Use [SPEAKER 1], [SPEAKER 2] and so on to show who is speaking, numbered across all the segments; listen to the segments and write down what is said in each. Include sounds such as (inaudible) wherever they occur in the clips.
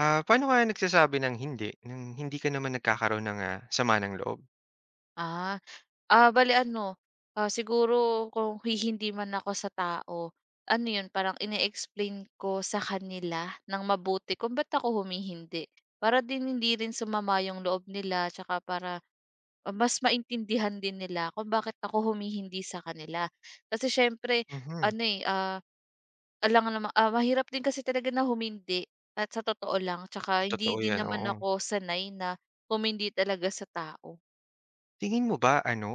[SPEAKER 1] Paano ka nagsasabi ng hindi ka naman nagkakaroon ng, sama ng loob?
[SPEAKER 2] Ah. Ah, bale ano, ah, siguro kung hihindi man ako sa tao, ano 'yun, parang ine-explain ko sa kanila ng mabuti kung ba't ako humihindi. Para din hindi rin sumama yung loob nila tsaka para, ah, mas maintindihan din nila kung bakit ako humihindi sa kanila. Kasi siyempre
[SPEAKER 1] Mhm,
[SPEAKER 2] ano, eh, ah, alangan naman ah, mahirap din kasi talaga na humindi at sa totoo lang tsaka hindi
[SPEAKER 1] totoo
[SPEAKER 2] din
[SPEAKER 1] 'yan,
[SPEAKER 2] naman
[SPEAKER 1] oo.
[SPEAKER 2] ako sanay na humindi talaga sa tao.
[SPEAKER 1] Tingin mo ba ano,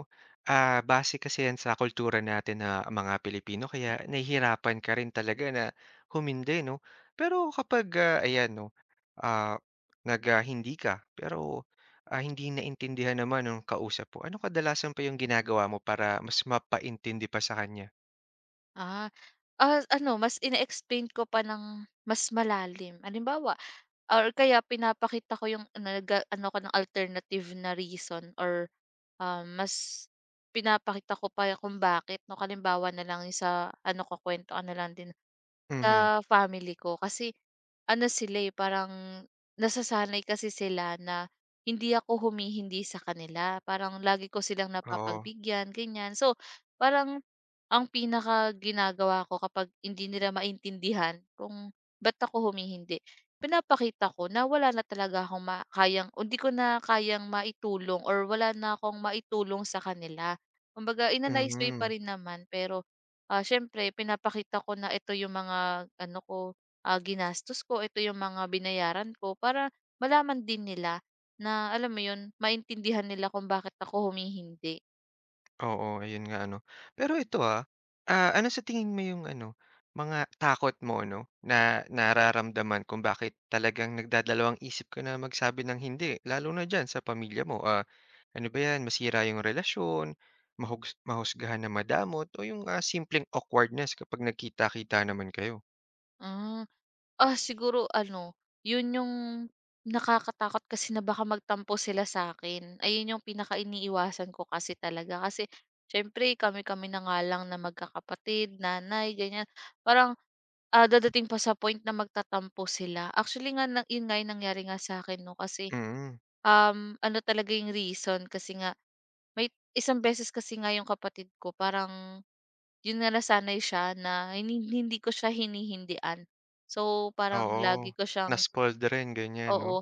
[SPEAKER 1] base kasi 'yan sa kultura natin na mga Pilipino kaya nahihirapan ka rin talaga na humindi 'no? Pero kapag, ayan 'no, ah, hindi ka pero, hindi naintindihan naman ng kausap po ano kadalasan pa yung ginagawa mo para mas mapaintindi pa sa kanya?
[SPEAKER 2] Ah, ah, ano mas ine-explain ko pa ng mas malalim. Halimbawa or kaya pinapakita ko yung nag-aano ko ng alternative na reason or, mas pinapakita ko pa kung bakit 'no. Halimbawa na lang yung sa ano ko kuwentuhan na lang din
[SPEAKER 1] Mhm,
[SPEAKER 2] sa family ko kasi ano sila, eh, parang nasasanay kasi sila na hindi ako humihindi sa kanila. Parang lagi ko silang
[SPEAKER 1] oo,
[SPEAKER 2] napapagbigyan, ganyan. So, parang ang pinaka ginagawa ko kapag hindi nila maintindihan kung ba't ako humihindi, pinapakita ko na wala na talaga akong ma kayang o hindi ko na kayang maitulong or wala na akong maitulong sa kanila. Kumbaga in a nice way pa
[SPEAKER 1] mhm.
[SPEAKER 2] rin naman pero ah, siyempre pinapakita ko na ito yung mga ano ko, ah, ginastos ko, ito yung mga binayaran ko para malaman din nila na alam mo yun, maintindihan nila kung bakit ako humihindi.
[SPEAKER 1] Oo, ayun nga ano. Pero ito, ano sa tingin mo yung ano, mga takot mo 'no, na nararamdaman kung bakit talagang nagdadalawang-isip ka na magsabi ng hindi, lalo na diyan sa pamilya mo? Ano ba 'yan, masira yung relasyon, mahusgahan na madamot o yung, simpleng awkwardness kapag nagkita-kita naman kayo?
[SPEAKER 2] Hmm. Ah, siguro ano, 'yun yung nakakatakot kasi na baka magtampo sila sa sa'kin. Ayun yung pinakainiiwasan ko kasi talaga. Kasi siyempre kami-kami na nga lang na magkakapatid, nanay, ganiyan. Parang, ah, dadating pa sa point na magtatampo sila. Actually nga na 'yun nga yung nangyari nga sa'kin 'no, kasi,
[SPEAKER 1] Mm,
[SPEAKER 2] ano talaga yung reason kasi nga may isang beses kasi nga yung kapatid ko parang, 'yun nga nasanay siya na hindi ko siya hinihindian. So, parang
[SPEAKER 1] oo.
[SPEAKER 2] lagi ko siyang
[SPEAKER 1] Na-spoiled rin, ganyan 'no?
[SPEAKER 2] oo,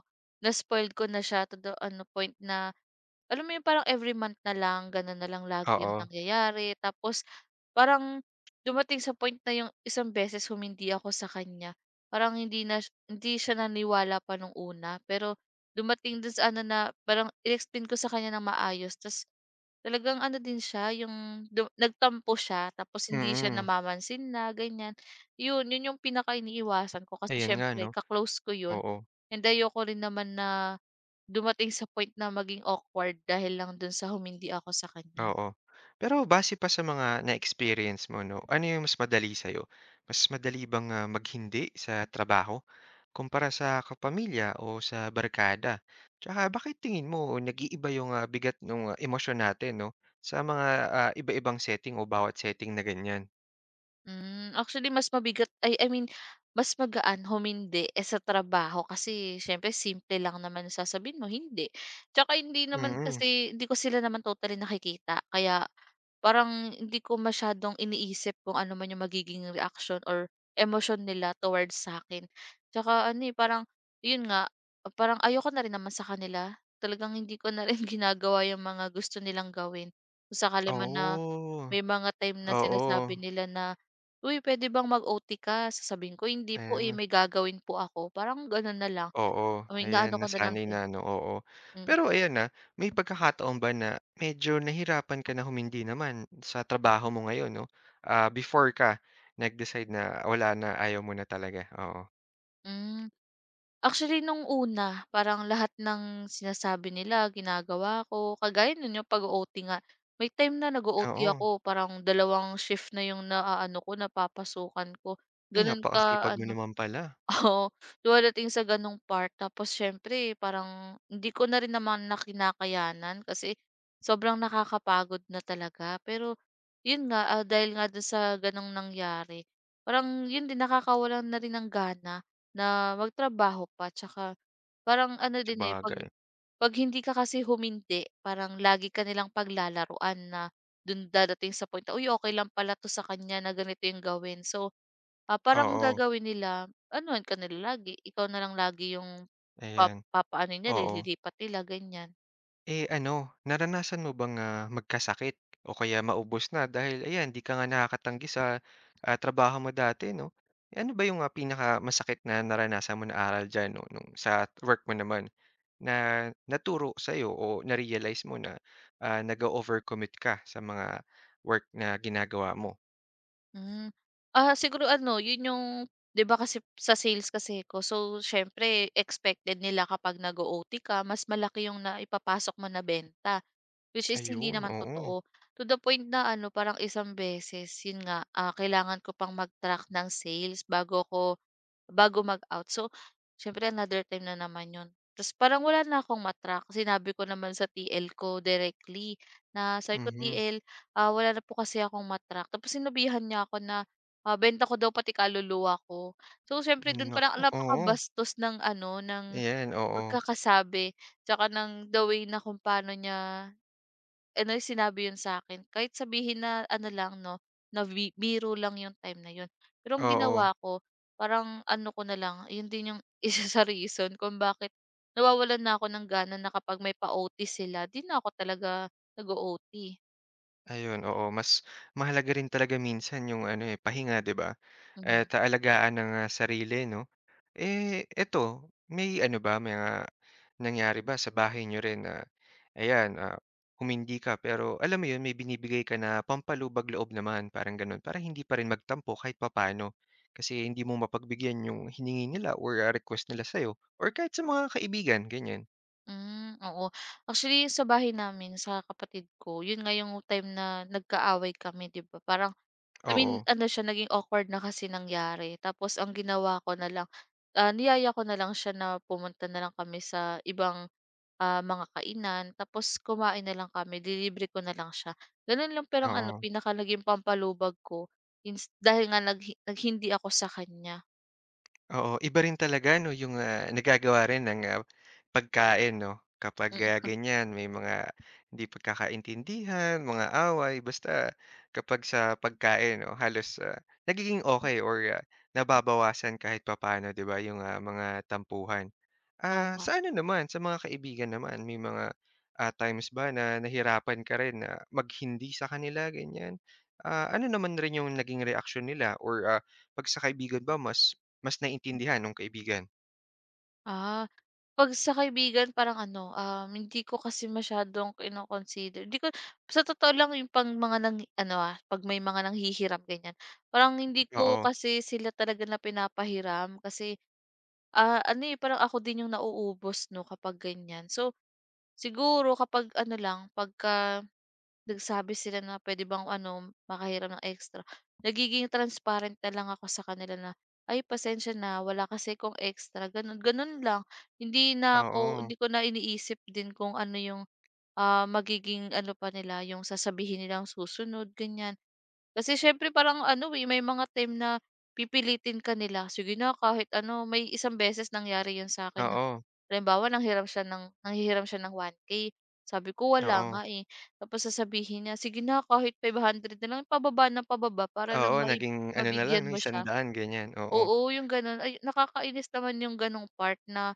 [SPEAKER 2] na-spoiled ko na siya to the ano point na, alam mo 'yun parang every month na lang gano'n na lang lagi 'yung
[SPEAKER 1] Oo,
[SPEAKER 2] nangyayari. Tapos parang dumating sa point na 'yung isang beses humindi ako sa kanya, parang hindi siya naniwala pa nung una. Pero dumating dun sa ano na parang in-explain ko sa kanya ng maayos ta's talagang ano din siya 'yung du nagtampo siya tapos hindi siya
[SPEAKER 1] mm.
[SPEAKER 2] namamansin na, ganiyan. Yun, yun yung pinakainiiwasan ko kasi
[SPEAKER 1] Ayan nga
[SPEAKER 2] siyempre
[SPEAKER 1] 'no,
[SPEAKER 2] ka-close ko yun
[SPEAKER 1] oo.
[SPEAKER 2] and ayoko rin naman na dumating sa point na maging awkward dahil lang dun sa humindi ako sa kanya.
[SPEAKER 1] Oo. Pero base pa sa mga na-experience mo 'no, ano yung mas madali sa'yo? Mas madali bang, maghindi sa trabaho kumpara sa kapamilya o sa barkada? Tsaka bakit tingin mo nag-iiba yung, bigat nung, emosyon natin 'no, sa mga, iba-ibang setting o bawat setting na ganyan?
[SPEAKER 2] Hmm, actually mas mabigat ay I mean, mas magaan humindi, eh, sa trabaho kasi siyempre simple lang naman yung sasabihin mo, "Hindi." Tsaka hindi naman
[SPEAKER 1] Mm.
[SPEAKER 2] kasi hindi ko sila naman totally nakikita kaya parang hindi ko masyadong iniisip kung ano man yung magiging reaction or emotion nila towards sa'kin. Tsaka ano, eh, parang yun nga, parang ayoko na rin naman sa kanila. Talagang hindi ko na rin (laughs) ginagawa yung mga gusto nilang gawin. Kung sakali man na
[SPEAKER 1] Oo.
[SPEAKER 2] may mga time na
[SPEAKER 1] Oo.
[SPEAKER 2] sinasabi nila na "Uy, pwede bang mag-OT ka?" Sasabihin ko, "Hindi po, eh,
[SPEAKER 1] Ayan.
[SPEAKER 2] may gagawin po ako." Parang gano'n na lang.
[SPEAKER 1] Oo,
[SPEAKER 2] I mean,
[SPEAKER 1] ayan
[SPEAKER 2] inaano ko na lang
[SPEAKER 1] nasanay na
[SPEAKER 2] din.
[SPEAKER 1] ano, oo.
[SPEAKER 2] Mm.
[SPEAKER 1] Pero ayan, na may pagkakataon ba na medyo nahirapan ka na humindi naman sa trabaho mo ngayon 'no? Before ka nag-decide na wala na, ayaw mo na talaga, oo.
[SPEAKER 2] Hmm. Actually nung una parang lahat ng sinasabi nila ginagawa ko, kagaya nun yung pag-o-OT nga. May time na nag-o-OT
[SPEAKER 1] Oo,
[SPEAKER 2] ako parang dalawang shift na yung naaano ko napapasukan ko,
[SPEAKER 1] ay
[SPEAKER 2] ganun
[SPEAKER 1] napakasipag
[SPEAKER 2] ka
[SPEAKER 1] mo
[SPEAKER 2] ano
[SPEAKER 1] naman pala,
[SPEAKER 2] (laughs) oo, dumadating sa ganong part tapos siyempre parang hindi ko na rin naman na kinakayanan kasi sobrang nakakapagod na talaga. Pero yun nga, ah, dahil nga dun sa ganong nangyari, parang yun din nakakawalan na rin ng gana. Na magtrabaho pa tsaka parang ano din, eh, 'pag
[SPEAKER 1] sabagay.
[SPEAKER 2] 'pag hindi ka kasi humindi parang lagi ka nilang paglalaruan na dun dadating sa point na, "Uy, okay lang pala 'to sa kanya na ganito yung gawin." So, ah, parang
[SPEAKER 1] Oo,
[SPEAKER 2] gagawin nila anuhan ka nila lagi, ikaw na lang lagi yung pa
[SPEAKER 1] ayan,
[SPEAKER 2] papaano nila,
[SPEAKER 1] oo.
[SPEAKER 2] nililipat nila ganyan.
[SPEAKER 1] Eh, ano, naranasan mo bang, magkasakit o kaya maubos na dahil ayan, 'di ka nga nakakatanggi sa, trabaho mo dati 'no? Eh, ano ba yung, pinakamasakit na naranasan mo na aral diyan 'no, nung sa work mo naman, na naturo sa'yo o na-realize mo na, nag overcommit ka sa mga work na ginagawa mo?
[SPEAKER 2] Hmm, ah, siguro ano yun yung 'di ba kasi sa sales kasi ko so siyempre expected nila kapag nag-o-OT ka mas malaki yung naipapasok mo na benta. Which is hindi
[SPEAKER 1] Ayun,
[SPEAKER 2] naman
[SPEAKER 1] oo.
[SPEAKER 2] totoo. To the point na ano, parang isang beses, yun nga, ah, kailangan ko pang mag-track ng sales bago mag-out. So, siyempre another time na naman yun. Tapos parang wala na akong ma-track. Sinabi ko naman sa TL ko directly na sabi ko,
[SPEAKER 1] Mhm.
[SPEAKER 2] TL, ah, wala na po kasi akong ma tapos sinabihan niya ako na ah, benta ko daw pati kaluluwa ko. So, siyempre dun parang
[SPEAKER 1] Naku, oo.
[SPEAKER 2] napakabastos ng ano, ng
[SPEAKER 1] Ayan, oo.
[SPEAKER 2] pagkakasabi. Tsaka ng the way na kung paano niya ano, sinabi yun sa'kin. Kahit sabihin na ano lang 'no, na biro lang yung time na yun. Pero ang
[SPEAKER 1] Oo.
[SPEAKER 2] ginawa ko, parang ano ko na lang, yun din yung (laughs) isa sa reason kung bakit nawawalan na ako ng gana na kapag may pa-OT sila, 'di na ako talaga nag-o-OT.
[SPEAKER 1] Ayun, oo. Mas mahalaga rin talaga minsan yung ano, eh, pahinga, 'di ba? At
[SPEAKER 2] Mhm.
[SPEAKER 1] alagaan ang, sarili 'no? Eh, eto, may ano ba, may mga nangyari ba sa bahay niyo rin na ayan, humindi ka pero alam mo yun, may binibigay ka na pampalubag loob naman, parang gano'n, para hindi pa rin magtampo kahit papaano? Kasi hindi mo mapagbigyan yung hiningi nila or, request nila sa'yo or kahit sa mga kaibigan, ganyan.
[SPEAKER 2] Hmm, oo. Actually, sa bahay namin, sa kapatid ko, yun nga yung time na nagkaaway kami, 'di ba, parang I mean
[SPEAKER 1] Oo,
[SPEAKER 2] ano siya naging awkward na kasi nangyari tapos ang ginawa ko na lang, ah, niyaya ko na lang siya na pumunta na lang kami sa ibang, ah, mga kainan tapos kumain na lang kami nilibre ko na lang siya. Gano'n lang pero ang ano
[SPEAKER 1] oo.
[SPEAKER 2] pinaka naging pampalubag ko ins dahil nga naghindi ako sa kanya.
[SPEAKER 1] Oo, iba rin talaga 'no yung, nagagawa rin ng, pagkain 'no, kapag,
[SPEAKER 2] Mm,
[SPEAKER 1] ganyan may mga hindi pagkakaintindihan, mga away, basta kapag sa pagkain 'no halos, nagiging okay or, nababawasan kahit papaano 'di ba yung, mga tampuhan. Ah,
[SPEAKER 2] tama.
[SPEAKER 1] sa ano naman, sa mga kaibigan naman may mga, times ba na nahirapan ka rin na maghindi sa kanila ganyan? Ano naman rin yung naging reaksyon nila or, 'pag sa kaibigan ba mas mas naintindihan nung kaibigan.
[SPEAKER 2] Ah, 'pag sa kaibigan parang ano, hindi ko kasi masyadong kino-consider di ko sa totoo lang yung pang mga nang ano, ah, 'pag may mga nanghihiram ganyan, parang hindi ko
[SPEAKER 1] Oo,
[SPEAKER 2] kasi sila talaga na pinapahiram kasi, ah, ano, eh, parang ako din yung nauubos 'no kapag ganyan. So, siguro kapag ano lang, pagka nagsabi sila na pwede bang ano makahiram ng extra, nagiging transparent na lang ako sa kanila na "Ay pasensya na wala kasi kong extra." Gano'n, gano'n lang. Hindi na ako
[SPEAKER 1] oo,
[SPEAKER 2] hindi ko na iniisip din kung ano yung, ah, magiging ano pa nila, yung sasabihin nilang susunod, ganyan. Kasi siyempre parang ano, eh, may mga time na pipilitin ka nila, sige na kahit ano. May isang beses nangyari 'yun sa akin na
[SPEAKER 1] oo,
[SPEAKER 2] halimbawa nanghiram siya ng nanghihiram siya ng one k sabi ko, "Wala
[SPEAKER 1] oo,
[SPEAKER 2] nga, eh." Tapos sasabihin niya, "Sige na kahit 500 na lang." Pababa na pababa para lang
[SPEAKER 1] oo,
[SPEAKER 2] maib
[SPEAKER 1] naging ano na lang
[SPEAKER 2] mabigyan
[SPEAKER 1] 'no,
[SPEAKER 2] mo siya.
[SPEAKER 1] 100 ganyan, oo.
[SPEAKER 2] Oo, yung gano'n. Ay, nakakainis naman yung gano'ng part na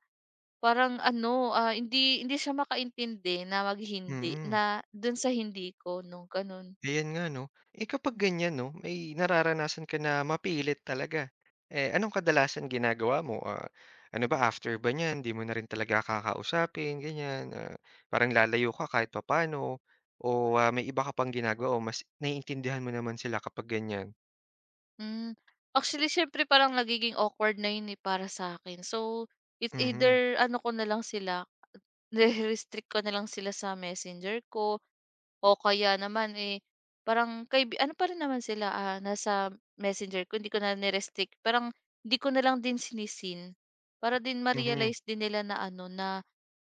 [SPEAKER 2] parang ano, ah, hindi hindi siya makaintindi na maghindi
[SPEAKER 1] Mm,
[SPEAKER 2] na dun sa hindi ko 'no, gano'n.
[SPEAKER 1] ayan nga 'no. Eh, kapag ganyan 'no, may nararanasan ka na mapilit talaga, eh, anong kadalasan ginagawa mo? Ano ba, after ba niyan, 'di mo na rin talaga kakausapin ganyan, parang lalayo ka kahit papaano o, may iba ka pang ginagawa o mas naiintindihan mo naman sila kapag ganyan?
[SPEAKER 2] Hmm. Actually, siyempre parang nagiging awkward na 'yun, eh, para sa akin. So, it's either
[SPEAKER 1] Mhm,
[SPEAKER 2] ano ko na lang sila nire-restrict ko na lang sila sa Messenger ko o kaya naman, eh, parang kaibi ano pa rin naman sila, ah, nasa Messenger ko hindi ko na ni parang hindi ko na lang din sinisin para din
[SPEAKER 1] mhm.
[SPEAKER 2] ma-realize din nila na ano na,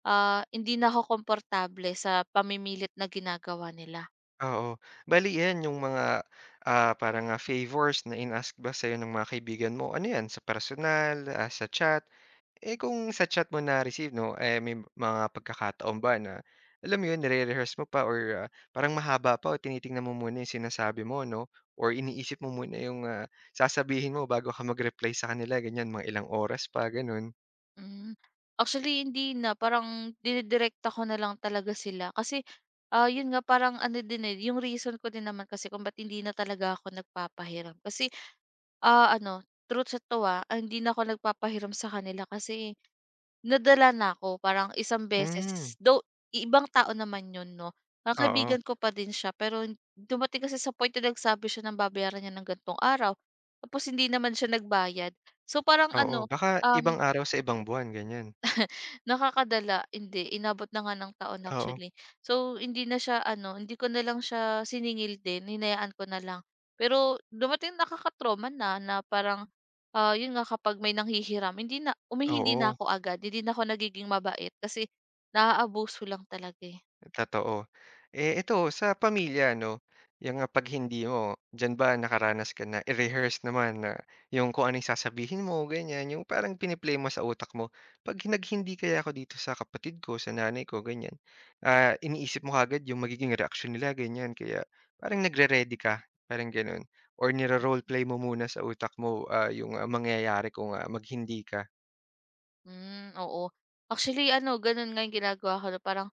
[SPEAKER 2] ah, hindi na ako komportable sa pamimilit na ginagawa nila.
[SPEAKER 1] Oo. Bali 'yan yung mga, parang, favors na in-ask ba sa'yo ng mga kaibigan mo. Ano 'yan, sa personal, sa chat? Eh, kung sa chat mo na-receive 'no, eh, may mga pagkakataon ba na alam mo 'yun, nire-rehearse mo pa or, parang mahaba pa o tinitingnan mo muna yung sinasabi mo 'no or iniisip mo muna yung, sasabihin mo bago ka mag-reply sa kanila ganiyan, mga ilang oras pa, gano'n?
[SPEAKER 2] Hmm. Actually hindi na, parang dinidirekta ko na lang talaga sila kasi, ah, yun nga parang ano din, eh, yung reason ko din naman kasi kung ba't hindi na talaga ako nagpapahiram kasi, ah, ano, truth sa to, ah, hindi na ako nagpapahiram sa kanila kasi nadala na ako parang isang
[SPEAKER 1] Hmm,
[SPEAKER 2] beses, though ibang tao naman yun 'no, ah,
[SPEAKER 1] oo,
[SPEAKER 2] kaibigan ko pa din siya pero dumating kasi sa point na nagsabi siya ng babayaran niya ng gan'tong araw, tapos hindi naman siya nagbayad. So, parang
[SPEAKER 1] oo.
[SPEAKER 2] ano,
[SPEAKER 1] Baka ibang
[SPEAKER 2] um
[SPEAKER 1] araw sa ibang buwan, ganiyan.
[SPEAKER 2] nakakadala, hindi. Inabot na nga ng taon
[SPEAKER 1] Oo,
[SPEAKER 2] actually. So, hindi na siya ano, hindi ko na lang siya siningil din, hinayaan ko na lang. Pero dumating nakaka na na parang, ah, 'yun nga kapag may nanghihiram hindi na umihindi na
[SPEAKER 1] oo.
[SPEAKER 2] ako agad, hindi na ako nagiging mabait kasi naaabuso lang talaga, eh.
[SPEAKER 1] Totoo. Eh, ito sa pamilya 'no, yung, 'pag hindi mo, diyan ba nakaranas ka na i-rehearse naman na yung kung ano yung sasabihin mo ganyan, yung parang pini-play mo sa utak mo, 'pag nag-hindi kaya ako dito sa kapatid ko, sa nanay ko ganyan, iniisip mo kaagad yung magiging reaction nila ganyan kaya parang nagre-ready ka, parang gano'n or niro-roleplay mo muna sa utak mo, yung, mangyayari kung, mag ka.
[SPEAKER 2] Hmm, oo. Actually ano, gano'n nga 'yung ginagawa ko na parang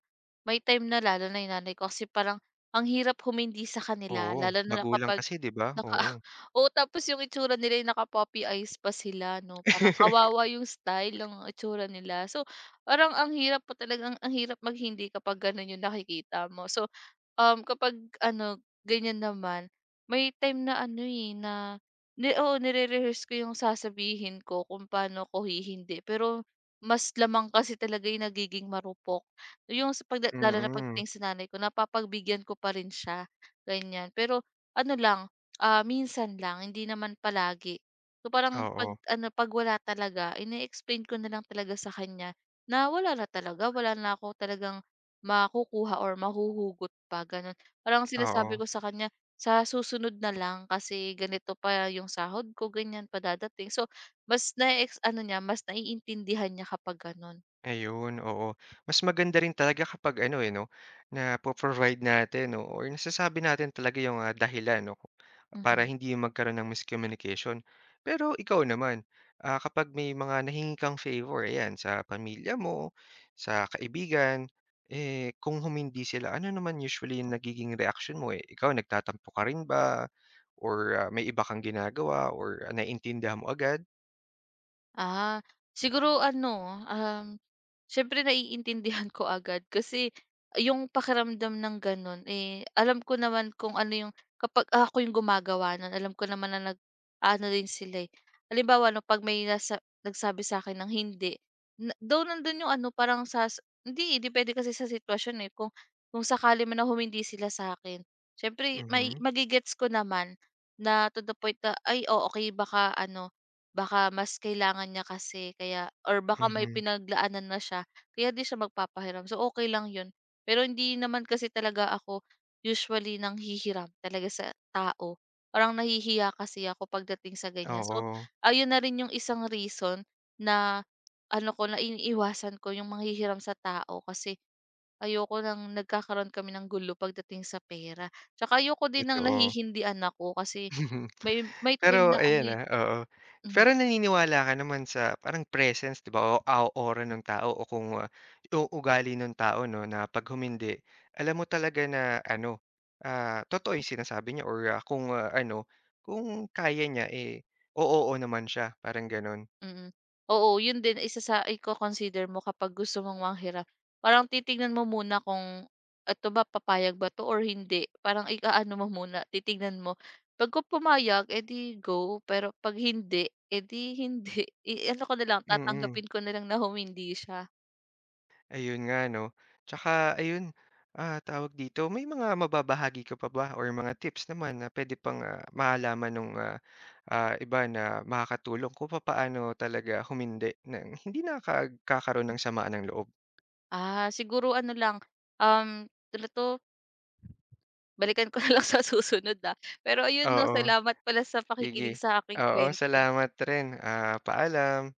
[SPEAKER 2] may time na lalo na 'yung nanay ko kasi parang ang hirap humindi sa kanila
[SPEAKER 1] Oo,
[SPEAKER 2] lalo na
[SPEAKER 1] magulang
[SPEAKER 2] kapag
[SPEAKER 1] kasi 'di ba?
[SPEAKER 2] naka
[SPEAKER 1] Oo.
[SPEAKER 2] (laughs) oo, tapos yung itsura nila yung naka-puppy eyes pa sila 'no, parang
[SPEAKER 1] (laughs)
[SPEAKER 2] kawawa yung style ng itsura nila. So, parang ang hirap po talagang ang hirap maghindi kapag gano'n yung nakikita mo. So, kapag ano, ganyan naman, may time na ano, eh, na ni oo, nire-rehearse ko yung sasabihin ko kung paano ko hihindi. Pero mas lamang kasi talaga yung nagiging marupok. Yung sa pagda lalo na
[SPEAKER 1] Mm,
[SPEAKER 2] pagdating sa nanay ko, napapagbigyan ko pa rin siya, ganyan. Pero ano lang, ah, minsan lang, hindi naman palagi. So, parang 'pag
[SPEAKER 1] oo.
[SPEAKER 2] ano, 'pag wala talaga, ine-explain ko na lang talaga sa kanya na wala na talaga, wala na ako talagang makukuha or mahuhugot pa gano'n. Parang
[SPEAKER 1] Oo,
[SPEAKER 2] sinasabi ko sa kanya, "Sa susunod na lang kasi ganito pa yung sahod ko, ganyan pa dadating." So mas na ano niya mas naiintindihan niya kapag gano'n,
[SPEAKER 1] ayun, oo. Mas maganda rin talaga kapag ano, eh, 'no, napo-provide natin, no or nasasabi natin talaga yung, dahilan 'no, para
[SPEAKER 2] mhm.
[SPEAKER 1] hindi magkaroon ng miscommunication. Pero ikaw naman, kapag may mga nahingi kang favor, ayan, sa pamilya mo, sa kaibigan, eh, kung humindi sila, ano naman usually yung nagiging reaction mo, eh? Ikaw, nagtatampo ka rin ba or, may iba kang ginagawa or naiintindihan mo agad?
[SPEAKER 2] Ah, siguro ano, siyempre naiintindihan ko agad kasi yung pakiramdam ng gano'n, eh, alam ko naman kung ano yung kapag ako yung gumagawa nun alam ko naman na nag-aano rin sila, eh. Halimbawa 'no, 'pag may nasa nagsabi sa akin ng hindi, na though nandun yung ano parang sa hindi, eh, depende kasi sa sitwasyon, eh. Kung sakali man na humindi sila sa akin may
[SPEAKER 1] Mhm,
[SPEAKER 2] magigets ko naman na to the point na, "Ay, oh, okay baka ano baka mas kailangan niya kasi kaya or baka may
[SPEAKER 1] mhm,
[SPEAKER 2] pinaglaanan na siya kaya di siya magpapahiram. So, okay lang yun. Pero hindi naman kasi talaga ako usually nang hihiram talaga sa tao. Parang nahihiya kasi ako pagdating sa ganyan. So,
[SPEAKER 1] oo.
[SPEAKER 2] ayun na rin yung isang reason na ano ko, na iniiwasan ko yung manghihiram sa tao kasi ayoko ng nagkakaroon kami ng gulo pagdating sa pera. Tsaka ayoko din ng
[SPEAKER 1] Totoo.
[SPEAKER 2] nahihindian ako kasi
[SPEAKER 1] (laughs)
[SPEAKER 2] may time
[SPEAKER 1] Pero
[SPEAKER 2] na ano,
[SPEAKER 1] ayan,
[SPEAKER 2] eh
[SPEAKER 1] oo.
[SPEAKER 2] hmm.
[SPEAKER 1] Pero naniniwala ka naman sa parang presence 'di ba o aura nung tao o kung, yung ugali nung tao 'no na 'pag humindi alam mo talaga na ano, totoo yung sinasabi niya or, kung, ano, kung kaya niya, eh, o-oo naman siya parang gano'n?
[SPEAKER 2] Mm. Oo, yun din isa sa iko-consider mo kapag gusto mong manghirap. Parang titignan mo muna kung eto ba, papayag ba 'to or hindi. Parang i-aano mo muna, titignan mo. 'Pag kung pumayag, eh, go, pero 'pag hindi, edi hindi. (laughs) I-ano ko na lang,
[SPEAKER 1] Mm.
[SPEAKER 2] tatanggapin ko na lang na humindi siya.
[SPEAKER 1] Ayun nga 'no. Tsaka ayun, tawag dito, may mga mababahagi ka pa ba or mga tips naman na puwede pang, malaman nung, iba na makakatulong kung papaano talaga humindi ng hindi nakagkakaroon ng samaan ng loob?
[SPEAKER 2] Ah, siguro ano lang, um, ano 'to, balikan ko (laughs) na lang sa susunod, ah. Pero ayun 'no,
[SPEAKER 1] Oo,
[SPEAKER 2] salamat pala sa
[SPEAKER 1] sige.
[SPEAKER 2] pakikinig sa aking
[SPEAKER 1] Oo,
[SPEAKER 2] kuwento.
[SPEAKER 1] salamat rin. Ah, paalam.